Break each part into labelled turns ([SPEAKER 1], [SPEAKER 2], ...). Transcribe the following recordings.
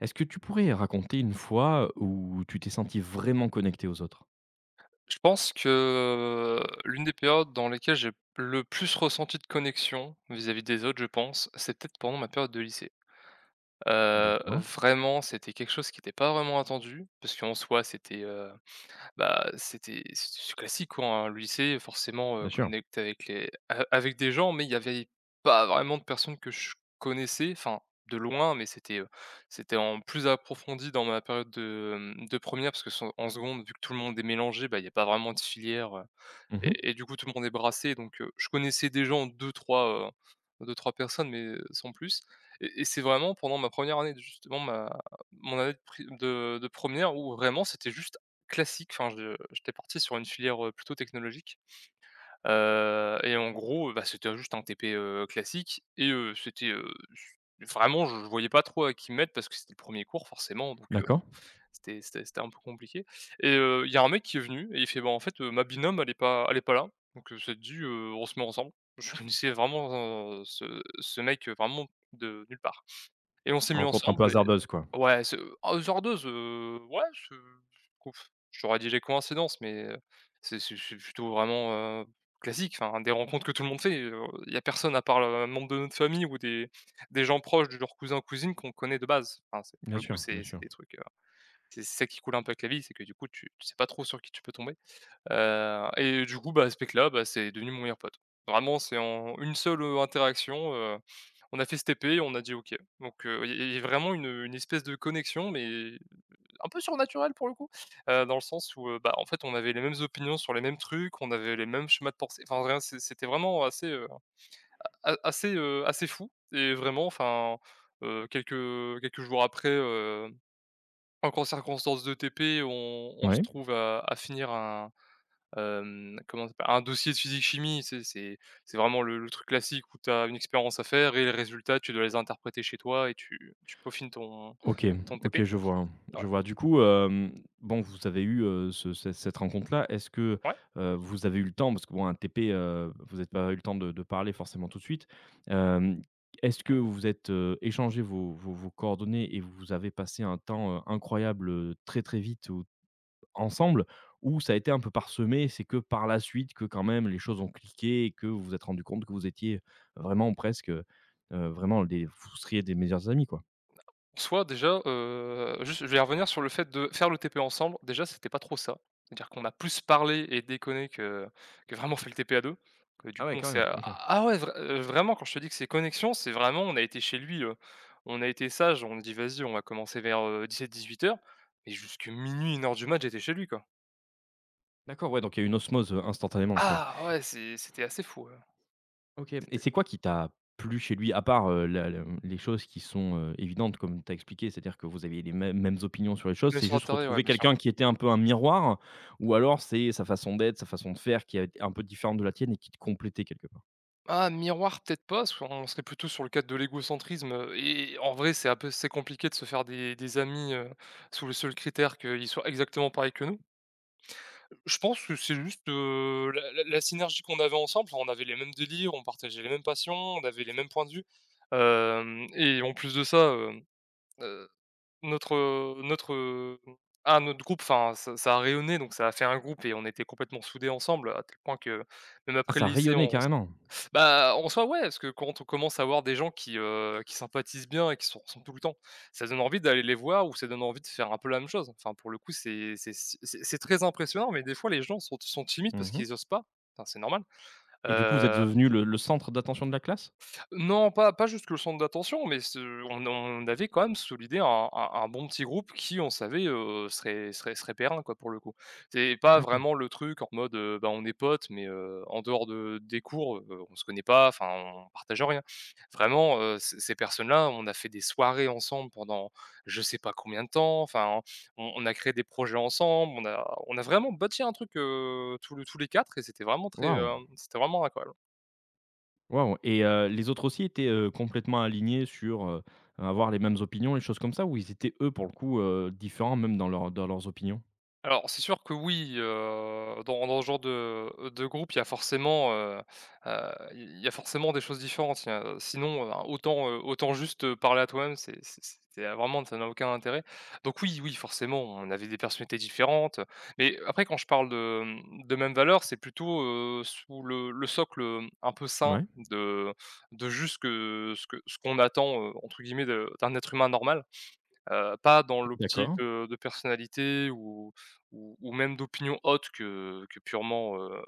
[SPEAKER 1] Est-ce que tu pourrais raconter une fois où tu t'es senti vraiment connecté aux autres?
[SPEAKER 2] Je pense que, l'une des périodes dans lesquelles j'ai le plus ressenti de connexion vis-à-vis des autres, je pense, c'est peut-être pendant ma période de lycée.
[SPEAKER 1] D'accord,
[SPEAKER 2] Vraiment, c'était quelque chose qui n'était pas vraiment attendu parce qu'en soi, bah, c'est classique, quoi, hein. Le lycée forcément,
[SPEAKER 1] bien sûr.
[SPEAKER 2] connecte avec les a avec des gens, mais il y avait pas vraiment de personnes que je connaissais, enfin, de loin. Mais c'était en plus approfondi dans ma période de première, parce que s en seconde, vu que tout le monde est mélangé, bah, il y a pas vraiment de filière,
[SPEAKER 1] Mmh.
[SPEAKER 2] et du coup, tout le monde est brassé. Donc je connaissais des gens 2-3 personnes, mais sans plus. Et c'est vraiment pendant ma première année de justement ma mon année de pri de 1 où vraiment c'était juste classique. Enfin, je j'étais parti sur une filière, plutôt technologique, et en gros, bah, c'était juste un TP, classique. Et c'était, s vraiment je voyais pas trop à qui me mettre parce que c'était le premier cours forcément, donc
[SPEAKER 1] D'accord.
[SPEAKER 2] c'était un peu compliqué. Et il y a un mec qui est venu et il fait: «Bah, en fait, ma binôme elle est pas là, donc ça te dit, on se met ensemble?» Je connaissais vraiment, ce ce mec, vraiment de nulle part, et on, ah, s'est mis, ouais,
[SPEAKER 1] Rencontre un peu
[SPEAKER 2] ensemble. Et
[SPEAKER 1] hasardeuse, quoi.
[SPEAKER 2] ouais, oh, zardeuse, ouais, ce couf j'aurais dit les coïncidences, mais c'est plutôt vraiment, classique, enfin des rencontres que tout le monde fait. Il y a personne à part le un membre de notre famille ou des gens proches, de leurs cousins, cousines qu'on connaît de base. Enfin, c'est pour
[SPEAKER 1] Bien
[SPEAKER 2] le coup,
[SPEAKER 1] sûr, bien
[SPEAKER 2] c'est
[SPEAKER 1] sûr.
[SPEAKER 2] des trucs, c'est ça qui coule un peu avec la vie: c'est que du coup tu sais pas trop sur qui tu peux tomber. Et du coup, bah, ce mec-là, bah, c'est devenu mon meilleur pote. Vraiment, c'est en une seule, interaction. On a fait ce TP, on a dit: «OK». Donc il y a vraiment une espèce de connexion, mais un peu surnaturelle pour le coup, dans le sens où, bah, en fait, on avait les mêmes opinions sur les mêmes trucs, on avait les mêmes schémas de pensée, enfin rien, c'était vraiment assez fou. Et vraiment, enfin, quelques jours après, en gros circonstance de TP, on se
[SPEAKER 1] Ouais.
[SPEAKER 2] trouve à finir un, comment ça s'appelle, un dossier de physique-chimie. C'est vraiment le truc classique où tu as une expérience à faire, et les résultats, tu dois les interpréter chez toi et tu peaufines ton
[SPEAKER 1] OK,
[SPEAKER 2] ton TP.
[SPEAKER 1] OK, je vois,
[SPEAKER 2] Ouais,
[SPEAKER 1] je vois. Du coup, bon, vous avez eu, ce cette rencontre-là. Est-ce que, vous avez eu le temps parce que bon, un TP, vous n'avez pas eu le temps de parler forcément tout de suite. Hem, est-ce que
[SPEAKER 2] ouais.
[SPEAKER 1] vous êtes, échangé vos coordonnées et vous avez passé un temps, incroyable, très, très vite où ensemble ou ça a été un peu parsemé? C'est que par la suite que quand même les choses ont cliqué et que vous vous êtes rendu compte que vous étiez vraiment presque, vraiment des vous seriez des meilleurs amis, quoi?
[SPEAKER 2] Soit déjà, juste je vais revenir sur le fait de faire le TP ensemble. Déjà, c'était pas trop ça. C'est-à-dire qu'on a plus parlé et déconné que vraiment fait le TP à deux. Que du
[SPEAKER 1] Ah ouais,
[SPEAKER 2] coup, on
[SPEAKER 1] quand
[SPEAKER 2] s'est
[SPEAKER 1] même,
[SPEAKER 2] ah,
[SPEAKER 1] OK.
[SPEAKER 2] ah, ouais, vraiment, quand je te dis que c'est connexion, c'est vraiment on a été chez lui, on a été sage, on a dit: «Vas-y, on va commencer vers 17h-18h et jusque minuit 1h du match j'étais chez lui, quoi.»
[SPEAKER 1] D'accord, ouais, donc il y a une osmose, instantanément, quoi.
[SPEAKER 2] Ah ouais, c'était assez fou,
[SPEAKER 1] OK et
[SPEAKER 2] c'était
[SPEAKER 1] c'est quoi qui t'a plu chez lui? À part, la le les choses qui sont, évidentes comme tu as expliqué, c'est-à-dire que vous aviez les mêmes opinions sur les choses,
[SPEAKER 2] le
[SPEAKER 1] c'est
[SPEAKER 2] soir,
[SPEAKER 1] juste
[SPEAKER 2] ouais,
[SPEAKER 1] retrouver
[SPEAKER 2] bien sûr.
[SPEAKER 1] quelqu'un qui était un peu un miroir ou alors c'est sa façon d'être, sa façon de faire qui est un peu différente de la tienne et qui te complétait quelque part?
[SPEAKER 2] Ah, miroir, peut-être pas, parce qu'on serait plutôt sur le cadre de l'égocentrisme. Et en vrai, c'est un peu c'est compliqué de se faire des amis, sous le seul critère qu'ils soient exactement pareils que nous. Je pense que c'est juste, heu, la synergie qu'on avait ensemble. Enfin, on avait les mêmes délires, on partageait les mêmes passions, on avait les mêmes points de vue, hem et en plus de ça, hem, heu, notre, notre, ah, notre groupe, enfin, ça a rayonné, donc ça a fait un groupe et on était complètement soudés ensemble, à tel point que même
[SPEAKER 1] Ah
[SPEAKER 2] après
[SPEAKER 1] ça
[SPEAKER 2] le lycée,
[SPEAKER 1] rayonnait
[SPEAKER 2] on
[SPEAKER 1] carrément?
[SPEAKER 2] bah, en soi, ouais. Parce que quand on commence à voir des gens qui sympathisent bien et qui se ressemblent tout le temps, ça donne envie d'aller les voir, ou ça donne envie de faire un peu la même chose. Enfin, pour le coup, c'est si, c'est très impressionnant, mais des fois, les gens sont timides parce
[SPEAKER 1] Mmh.
[SPEAKER 2] qu'ils osent pas. Enfin, c'est normal,
[SPEAKER 1] Et du coup vous êtes
[SPEAKER 2] heu
[SPEAKER 1] devenu le centre d'attention de la classe?
[SPEAKER 2] non, pas jusque le centre d'attention, mais ce on avait quand même solidé un bon petit groupe qui, on savait, heu, serait périn, quoi, pour le coup. C'est pas
[SPEAKER 1] D'accord.
[SPEAKER 2] vraiment le truc en mode, bah, on est potes, mais en dehors de des cours, on se connaît pas, enfin, on partage rien. Vraiment, heu, ces personnes-là, on a fait des soirées ensemble pendant je sais pas combien de temps. Enfin, on a créé des projets ensemble, on a vraiment bâti un truc, tous les quatre. Et c'était vraiment
[SPEAKER 1] Waouh!
[SPEAKER 2] c'était vraiment incroyable.
[SPEAKER 1] Waouh et les autres aussi étaient, complètement alignés sur, avoir les mêmes opinions, les choses comme ça? Ou ils étaient eux, pour le coup, différents même dans leurs opinions?
[SPEAKER 2] Alors, c'est sûr que oui, heu, dans ce genre de groupe, heu, il y a forcément des choses différentes. Il y a sinon, heu, autant juste parler à toi-même, c'est vraiment ça n'a aucun intérêt. Donc oui, oui, forcément, on avait des personnalités différentes, mais après, quand je parle de mêmes valeurs, c'est plutôt, sous le socle, un peu sain,
[SPEAKER 1] Ouais,
[SPEAKER 2] de de juste que ce qu'on attend, entre guillemets, de d'un être humain normal. Pas dans l'optique
[SPEAKER 1] d'accord.
[SPEAKER 2] de personnalité ou ou même d'opinion haute, que purement, heu,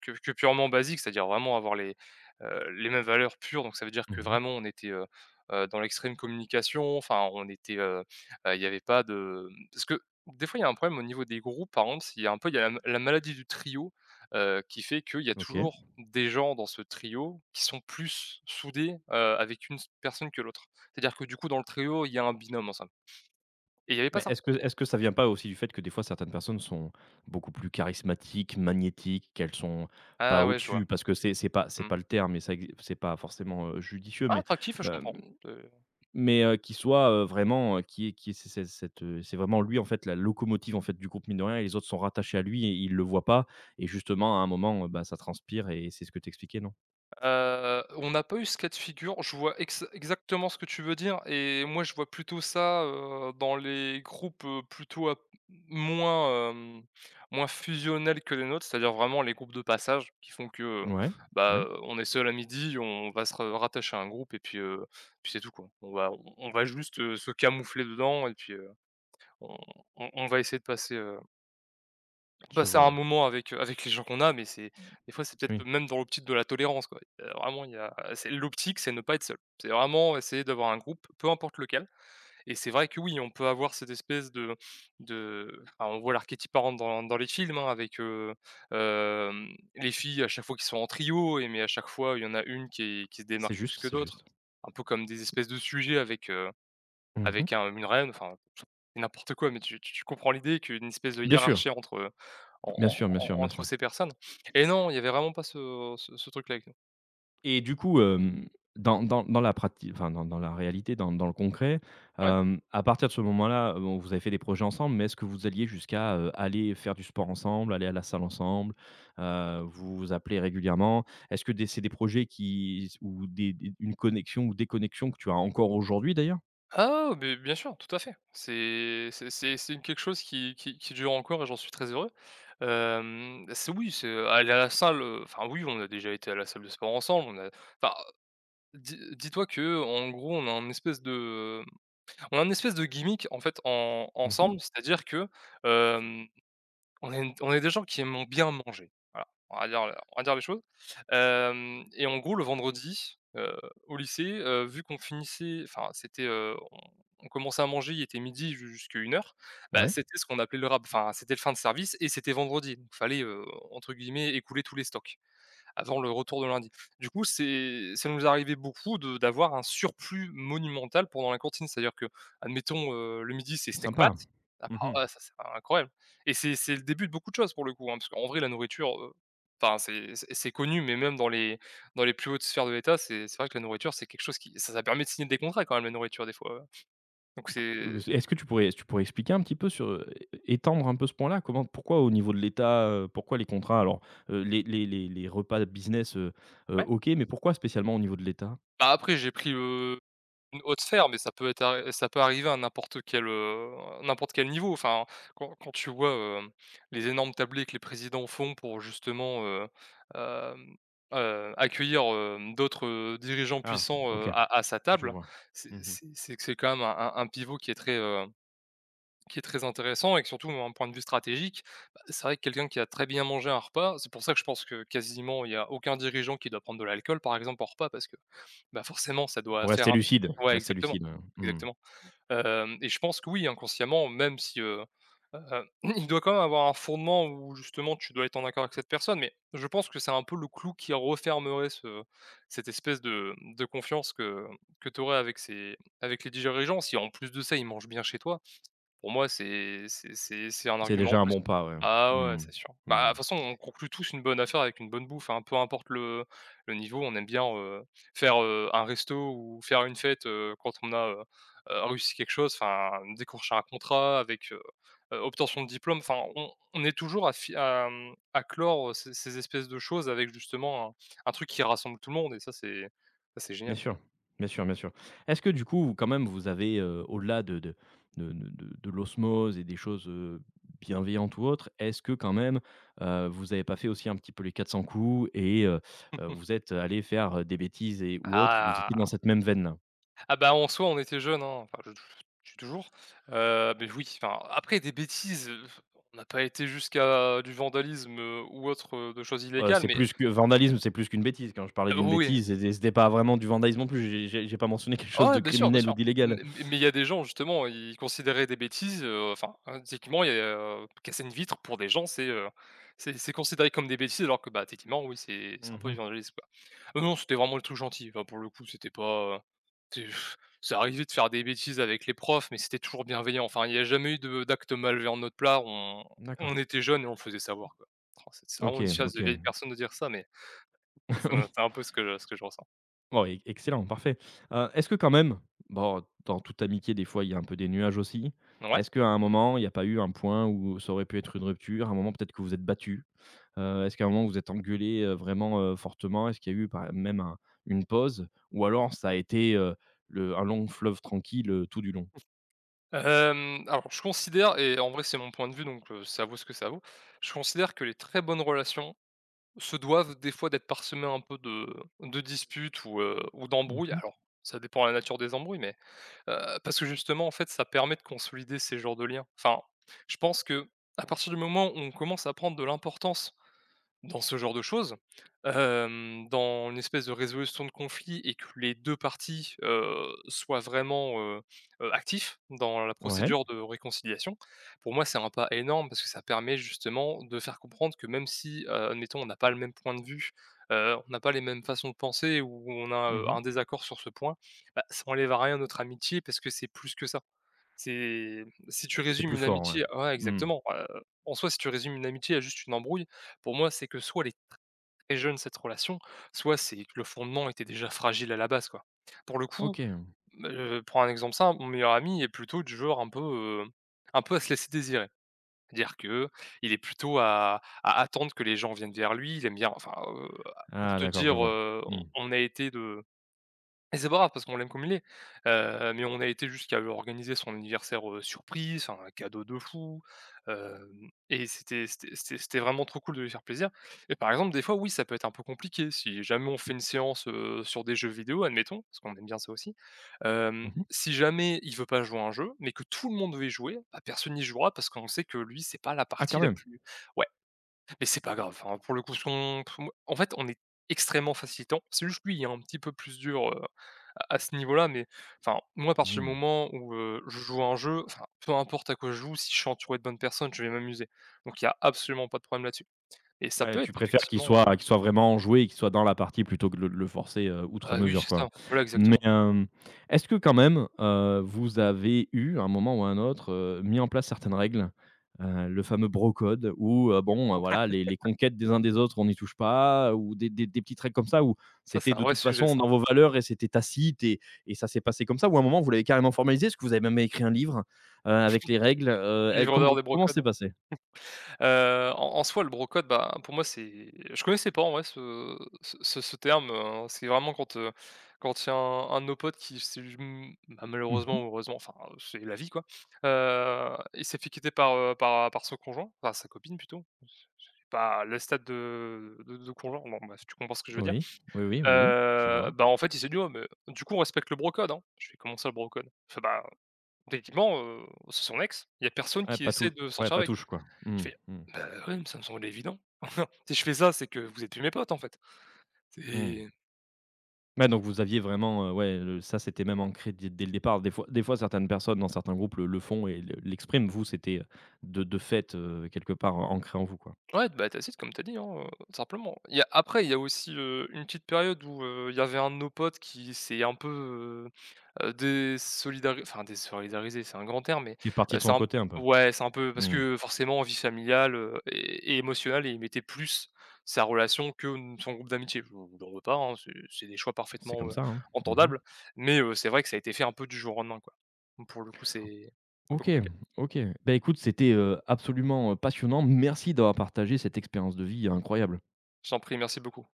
[SPEAKER 2] que que purement basique, c'est-à-dire vraiment avoir les mêmes valeurs pures. Donc ça veut dire que
[SPEAKER 1] Mmh.
[SPEAKER 2] vraiment on était, dans l'extrême communication. Enfin, il y avait pas de parce que des fois il y a un problème au niveau des groupes. Par contre, il y a la maladie du trio, qui fait qu'il y a
[SPEAKER 1] OK.
[SPEAKER 2] toujours des gens dans ce trio qui sont plus soudés, avec une s personne que l'autre. C'est-à-dire que du coup dans le trio, il y a un binôme ensemble. Et il y avait pas
[SPEAKER 1] Mais
[SPEAKER 2] ça?
[SPEAKER 1] est-ce que ça vient pas aussi du fait que des fois certaines personnes sont beaucoup plus charismatiques, magnétiques, qu'elles sont pas
[SPEAKER 2] Ah ouais, je
[SPEAKER 1] au-dessus?
[SPEAKER 2] vois.
[SPEAKER 1] Parce que c'est c'est pas c'est
[SPEAKER 2] Mmh.
[SPEAKER 1] pas le terme et ça exi c'est pas forcément, judicieux
[SPEAKER 2] Ah,
[SPEAKER 1] mais,
[SPEAKER 2] attractif, je comprends. Heu
[SPEAKER 1] Mais qui soit, vraiment, qui est c'est cette, c'est vraiment lui en fait la locomotive en fait du groupe mine de rien et les autres sont rattachés à lui et il le voit pas et justement à un moment, bah, ça transpire et c'est ce que t'expliquais non?
[SPEAKER 2] on n'a pas eu ce cas de figure. Je vois ex exactement ce que tu veux dire, et moi, je vois plutôt ça, dans les groupes, plutôt à moins, hem, moins fusionnels que les nôtres. C'est-à-dire vraiment les groupes de passage qui font que,
[SPEAKER 1] Ouais, ouais,
[SPEAKER 2] bah, on est seul à midi, on va se ra rattacher à un groupe et puis c'est tout, quoi. On va juste, se camoufler dedans, et puis, heu, on on on va essayer de passer, heu
[SPEAKER 1] je
[SPEAKER 2] Passer
[SPEAKER 1] vois,
[SPEAKER 2] un
[SPEAKER 1] ouais.
[SPEAKER 2] moment avec les gens qu'on a. Mais c'est des fois, c'est peut-être
[SPEAKER 1] Oui,
[SPEAKER 2] même dans l'optique de la tolérance, quoi. Vraiment, il y a c'est l'optique, c'est ne pas être seul. C'est vraiment essayer d'avoir un groupe, peu importe lequel. Et c'est vrai que oui, on peut avoir cette espèce de enfin, on voit l'archétype parent dans les films, hein, avec, hem, les filles à chaque fois qui sont en trio, et mais à chaque fois, il y en a une qui se
[SPEAKER 1] c'est
[SPEAKER 2] démarque plus
[SPEAKER 1] juste,
[SPEAKER 2] que
[SPEAKER 1] c'est juste.
[SPEAKER 2] d'autres. Un peu comme des espèces de sujets avec, heu,
[SPEAKER 1] Mmh.
[SPEAKER 2] avec un une reine, enfin c'est n'importe quoi, mais tu comprends l'idée qu'une espèce de
[SPEAKER 1] Bien sûr,
[SPEAKER 2] hiérarchie entre, en
[SPEAKER 1] bien sûr, bien
[SPEAKER 2] en
[SPEAKER 1] sûr,
[SPEAKER 2] en
[SPEAKER 1] bien
[SPEAKER 2] entre
[SPEAKER 1] sûr.
[SPEAKER 2] ces personnes. Et non, il y avait vraiment pas ce truc-là avec nous.
[SPEAKER 1] Et du coup, dans la pratique, enfin, dans la réalité, dans le concret,
[SPEAKER 2] Ouais.
[SPEAKER 1] à partir de ce moment-là, bon, vous avez fait des projets ensemble, mais est-ce que vous alliez jusqu'à, aller faire du sport ensemble, aller à la salle ensemble, vous vous appelez régulièrement? Est-ce que des c'est des projets qui ou des une connexion ou des connexions que tu as encore aujourd'hui d'ailleurs?
[SPEAKER 2] Ah, beh, bien sûr, tout à fait. C'est quelque chose qui dure encore, et j'en suis très heureux. Hem, c'est oui, c'est aller à la salle, enfin oui, on a déjà été à la salle de sport ensemble. On a, enfin, dis-toi que en gros, on a un espèce de gimmick, en fait, en
[SPEAKER 1] Mmh.
[SPEAKER 2] ensemble, c'est-à-dire que, hem on est des gens qui aiment bien manger. Voilà, on va dire les choses. Hem Et en gros, le vendredi, au lycée, vu qu'on finissait, enfin c'était, heu, on commençait à manger, il était midi ju jusqu'à une heure. Bah,
[SPEAKER 1] Ouais,
[SPEAKER 2] c'était ce qu'on appelait le rab, enfin, c'était le fin de service, et c'était vendredi, donc fallait, entre guillemets «écouler tous les stocks» avant le retour de lundi. Du coup, c'est ça nous arrivait beaucoup de d'avoir un surplus monumental pendant la cantine. C'est-à-dire que, admettons, le midi, c'est steak
[SPEAKER 1] sympa.
[SPEAKER 2] pâtes. Ah bah,
[SPEAKER 1] Mmh.
[SPEAKER 2] ouais, ça, c'est incroyable et c'est le début de beaucoup de choses pour le coup, hein, parce qu'en vrai, la nourriture, enfin, c'est connu, mais même dans les plus hautes sphères de l'État, c'est vrai que la nourriture, c'est quelque chose qui ça permet de signer des contrats quand même la nourriture des fois, ouais. Donc c'est
[SPEAKER 1] Est-ce que tu pourrais expliquer un petit peu sur, étendre un peu ce point-là? Comment pourquoi au niveau de l'État, pourquoi les contrats alors, les les repas de business,
[SPEAKER 2] ouais.
[SPEAKER 1] OK, mais pourquoi spécialement au niveau de l'État?
[SPEAKER 2] Bah, après j'ai pris, le une haute sphère, mais ça peut arriver à n'importe quel niveau. Enfin, quand tu vois, hem, les énormes tablés que les présidents font pour justement, hem, accueillir, d'autres, dirigeants
[SPEAKER 1] Ah,
[SPEAKER 2] puissants,
[SPEAKER 1] OK,
[SPEAKER 2] à sa
[SPEAKER 1] je
[SPEAKER 2] table,
[SPEAKER 1] vois. Mmh.
[SPEAKER 2] c'est quand même un pivot qui est très intéressant et que surtout d'un point de vue stratégique, bah, c'est vrai que quelqu'un qui a très bien mangé un repas, c'est pour ça que je pense que quasiment il y a aucun dirigeant qui doit prendre de l'alcool par exemple en repas parce que, bah, forcément ça doit
[SPEAKER 1] Pour
[SPEAKER 2] faire un ouais
[SPEAKER 1] rester
[SPEAKER 2] exactement,
[SPEAKER 1] lucide, mmh.
[SPEAKER 2] exactement. Hem Et je pense que oui, inconsciemment, même si, heu, il doit quand même avoir un fondement où justement tu dois être en accord avec cette personne, mais je pense que c'est un peu le clou qui refermerait ce cette espèce de confiance que tu aurais avec ces avec les dirigeants. Si en plus de ça, ils mangent bien chez toi pour moi, c'est un
[SPEAKER 1] C'est
[SPEAKER 2] argument en
[SPEAKER 1] déjà un
[SPEAKER 2] plus.
[SPEAKER 1] bon pas, ouais.
[SPEAKER 2] Ah ouais,
[SPEAKER 1] Mmh.
[SPEAKER 2] c'est sûr. Bah, de
[SPEAKER 1] Mmh.
[SPEAKER 2] toute façon, on conclut tous une bonne affaire avec une bonne bouffe, hein, peu importe le niveau. On aime bien, faire, un resto ou faire une fête, quand on a, réussi quelque chose, enfin, décrocher un contrat avec, obtention de diplôme. Enfin, on est toujours à mmh, à clore, ces espèces de choses avec justement un truc qui rassemble tout le monde et ça, c'est
[SPEAKER 1] Bien
[SPEAKER 2] génial.
[SPEAKER 1] sûr, bien sûr, bien sûr. Est-ce que du coup, quand même, vous avez, au-delà de l'osmose et des choses, bienveillantes ou autres, est-ce que quand même, vous n'avez pas fait aussi un petit peu les 400 coups et vous êtes allés faire, des bêtises et ou autres et que vous étiez dans
[SPEAKER 2] Ah!
[SPEAKER 1] cette même veine-là?
[SPEAKER 2] Ah bah, en soi, on était jeunes, hein, enfin je suis toujours, mais oui, enfin après des bêtises, on n'a pas été jusqu'à du vandalisme, ou autre, de choses illégales
[SPEAKER 1] C'est
[SPEAKER 2] mais
[SPEAKER 1] plus que vandalisme, c'est plus qu'une bêtise. Quand je parlais d'une
[SPEAKER 2] oui.
[SPEAKER 1] bêtise, c'était pas vraiment du vandalisme non plus. J'ai pas mentionné quelque
[SPEAKER 2] Ah
[SPEAKER 1] chose
[SPEAKER 2] ouais,
[SPEAKER 1] de
[SPEAKER 2] bien sûr, bien
[SPEAKER 1] criminel ou
[SPEAKER 2] sûr. M
[SPEAKER 1] d'illégal.
[SPEAKER 2] mais il y a des gens justement, ils considéraient des bêtises, enfin, hein, techniquement, il y a, casser une vitre pour des gens, c'est, c'est considéré comme des bêtises alors que, bah, techniquement, oui, c'est un peu
[SPEAKER 1] Mmh.
[SPEAKER 2] évangéliste quoi. Non, non, c'était vraiment le truc gentil, enfin, pour le coup, c'était pas, c'est c'est arrivé de faire des bêtises avec les profs, mais c'était toujours bienveillant. Enfin, il y a jamais eu de d'actes malveillants de notre part,
[SPEAKER 1] D'accord.
[SPEAKER 2] on était jeunes et on le faisait savoir, quoi. Oh, c'est vraiment une
[SPEAKER 1] OK,
[SPEAKER 2] chasse
[SPEAKER 1] OK.
[SPEAKER 2] de vieilles personnes de dire ça, mais c'est
[SPEAKER 1] Oui.
[SPEAKER 2] un peu ce que je ressens.
[SPEAKER 1] Oh, e excellent, parfait. Est-ce que quand même, bon, dans toute amitié, des fois, il y a un peu des nuages aussi.
[SPEAKER 2] Ouais?
[SPEAKER 1] Est-ce qu'à un moment, il n'y a pas eu un point où ça aurait pu être une rupture? À un moment, peut-être que vous êtes battu. Est-ce qu'à un moment, vous êtes engueulé vraiment, fortement? Est-ce qu'il y a eu par même un une pause? Ou alors ça a été, le un long fleuve tranquille, tout du long?
[SPEAKER 2] Alors je considère et en vrai c'est mon point de vue donc ça vaut ce que ça vaut. Je considère que les très bonnes relations se doivent des fois d'être parsemées un peu de disputes ou d'embrouilles.
[SPEAKER 1] Mmh.
[SPEAKER 2] Alors ça dépend de la nature des embrouilles mais parce que justement en fait ça permet de consolider ces genres de liens. Enfin, je pense que à partir du moment où on commence à prendre de l'importance dans ce genre de choses, dans une espèce de résolution de conflit et que les 2 parties, soient vraiment, actifs dans la
[SPEAKER 1] Ouais.
[SPEAKER 2] procédure de réconciliation. Pour moi, c'est un pas énorme parce que ça permet justement de faire comprendre que même si, admettons, on n'a pas le même point de vue, on n'a pas les mêmes façons de penser ou on a,
[SPEAKER 1] Mmh.
[SPEAKER 2] un désaccord sur ce point, bah, ça enlève à rien notre amitié parce que c'est plus que ça. C'est si tu
[SPEAKER 1] C'est
[SPEAKER 2] résumes
[SPEAKER 1] plus
[SPEAKER 2] une
[SPEAKER 1] fort, ouais.
[SPEAKER 2] amitié ouais,
[SPEAKER 1] Mmh.
[SPEAKER 2] exactement, en soi, si tu résumes une amitié à juste une embrouille, pour moi, c'est que soit elle est très jeune, cette relation, soit c'est que le fondement était déjà fragile à la base, quoi. Pour le coup,
[SPEAKER 1] OK.
[SPEAKER 2] prends un exemple simple, mon meilleur ami est plutôt du genre un peu à se laisser désirer. C'est-à-dire que il est plutôt à attendre que les gens viennent vers lui, il aime bien enfin, pour
[SPEAKER 1] Ah
[SPEAKER 2] te
[SPEAKER 1] d'accord, je
[SPEAKER 2] dire,
[SPEAKER 1] vois. Mmh.
[SPEAKER 2] on a été de et c'est pas grave parce qu'on l'aime comme il est, mais on a été jusqu'à lui organiser son anniversaire, surprise, enfin un cadeau de fou, hem et c'était vraiment trop cool de lui faire plaisir et par exemple, des fois, oui, ça peut être un peu compliqué si jamais on fait une séance, sur des jeux vidéo, admettons, parce qu'on aime bien ça aussi,
[SPEAKER 1] Mmh mh.
[SPEAKER 2] si jamais il veut pas jouer à un jeu, mais que tout le monde veut y jouer, bah, personne n'y jouera parce qu'on sait que lui, c'est pas la
[SPEAKER 1] Ah
[SPEAKER 2] partie
[SPEAKER 1] quand
[SPEAKER 2] la
[SPEAKER 1] même!
[SPEAKER 2] plus ouais, mais c'est pas grave, enfin, pour le coup, son en fait, on est extrêmement facilitant, c'est juste lui, il est un petit peu plus dur, à ce niveau-là, mais enfin, moi, à partir du
[SPEAKER 1] Mmh.
[SPEAKER 2] moment où, je joue à un jeu, enfin, peu importe à quoi je joue, si je suis entouré de bonnes personnes, je vais m'amuser. Donc il y a absolument pas de problème là-dessus et ça
[SPEAKER 1] Ouais,
[SPEAKER 2] peut
[SPEAKER 1] tu
[SPEAKER 2] être
[SPEAKER 1] préfères qu'il
[SPEAKER 2] effectivement,
[SPEAKER 1] soit qu'il soit vraiment enjoué et qu'il soit dans la partie plutôt que de le forcer, outre
[SPEAKER 2] bah, oui,
[SPEAKER 1] mesure,
[SPEAKER 2] c'est
[SPEAKER 1] quoi.
[SPEAKER 2] ça, voilà,
[SPEAKER 1] Mais,
[SPEAKER 2] exactement.
[SPEAKER 1] est-ce que quand même, vous avez eu, à un moment ou à un autre, mis en place certaines règles? Le fameux bro code où, bon, voilà, les conquêtes des uns des autres, on n'y touche pas ou des petites règles comme ça, où
[SPEAKER 2] Ça, c'est
[SPEAKER 1] c'était
[SPEAKER 2] un
[SPEAKER 1] de
[SPEAKER 2] vrai
[SPEAKER 1] toute
[SPEAKER 2] sujet
[SPEAKER 1] façon
[SPEAKER 2] ça.
[SPEAKER 1] dans vos valeurs et c'était tacite et ça s'est passé comme ça? Ou à un moment vous l'avez carrément formalisé? Est-ce que vous avez même écrit un livre, avec les règles? Et
[SPEAKER 2] Livre d'or
[SPEAKER 1] comment
[SPEAKER 2] des
[SPEAKER 1] comment c'est
[SPEAKER 2] brocodes.
[SPEAKER 1] passé?
[SPEAKER 2] En soi, le brocode, bah, pour moi, c'est je connaissais pas en vrai ce terme, c'est vraiment quand, quand il y a un de nos potes qui s'est m bah,
[SPEAKER 1] Mmh
[SPEAKER 2] malheureusement
[SPEAKER 1] mh.
[SPEAKER 2] ou heureusement, enfin, c'est la vie, quoi, il s'est fait quitter par, par son conjoint, par sa copine plutôt bah, le stade de Congeant, bon, bah, si tu comprends ce que je veux dire.
[SPEAKER 1] Oui. Oui, oui, oui, oui. Je vois.
[SPEAKER 2] Bah, en fait, il s'est dit : « Ouais, mais du coup, on respecte le brocode hein ». Je fais : « Comment ça, le brocode code ? » Il « Bah, techniquement, c'est son ex, il y a personne
[SPEAKER 1] Ouais,
[SPEAKER 2] qui
[SPEAKER 1] pas tout,
[SPEAKER 2] essaie de
[SPEAKER 1] ouais,
[SPEAKER 2] sortir
[SPEAKER 1] pas
[SPEAKER 2] avec ».
[SPEAKER 1] touche quoi.
[SPEAKER 2] Je
[SPEAKER 1] Mmh,
[SPEAKER 2] fais : «
[SPEAKER 1] mmh,
[SPEAKER 2] Ouais, mais ça me semble évident ». Si je fais ça, c'est que vous êtes plus mes potes, en fait.
[SPEAKER 1] mmh.
[SPEAKER 2] C'est
[SPEAKER 1] Ouais, donc vous aviez vraiment, ouais, le ça, c'était même ancré dès dès le départ. Des fois, certaines personnes dans certains groupes le font et le l'expriment. Vous, c'était, de fait, quelque part, ancré en vous, quoi.
[SPEAKER 2] ouais, bah, tu as comme t'as dit, hein, tout simplement. Il y a après, il y a aussi, une petite période où, il y avait un de nos potes qui s'est un peu, désolidari enfin désolidarisé, c'est un grand terme, mais,
[SPEAKER 1] Qui est parti de
[SPEAKER 2] c'est
[SPEAKER 1] son
[SPEAKER 2] un
[SPEAKER 1] côté un peu.
[SPEAKER 2] ouais, c'est un peu parce
[SPEAKER 1] Mmh.
[SPEAKER 2] que forcément vie familiale, et émotionnelle et il mettait plus sa relation que n son groupe d'amitié. Je ne en veux pas, hein, c'est des choix
[SPEAKER 1] C'est
[SPEAKER 2] parfaitement,
[SPEAKER 1] comme ça, hein. Mmh.
[SPEAKER 2] entendables, mais, c'est vrai que ça a été fait un peu du jour au lendemain, quoi. Donc pour le coup, c'est un peu
[SPEAKER 1] OK,
[SPEAKER 2] compliqué.
[SPEAKER 1] OK. Bah, écoute, c'était, absolument, passionnant. Merci d'avoir partagé cette expérience de vie incroyable.
[SPEAKER 2] Je t'en prie, merci beaucoup.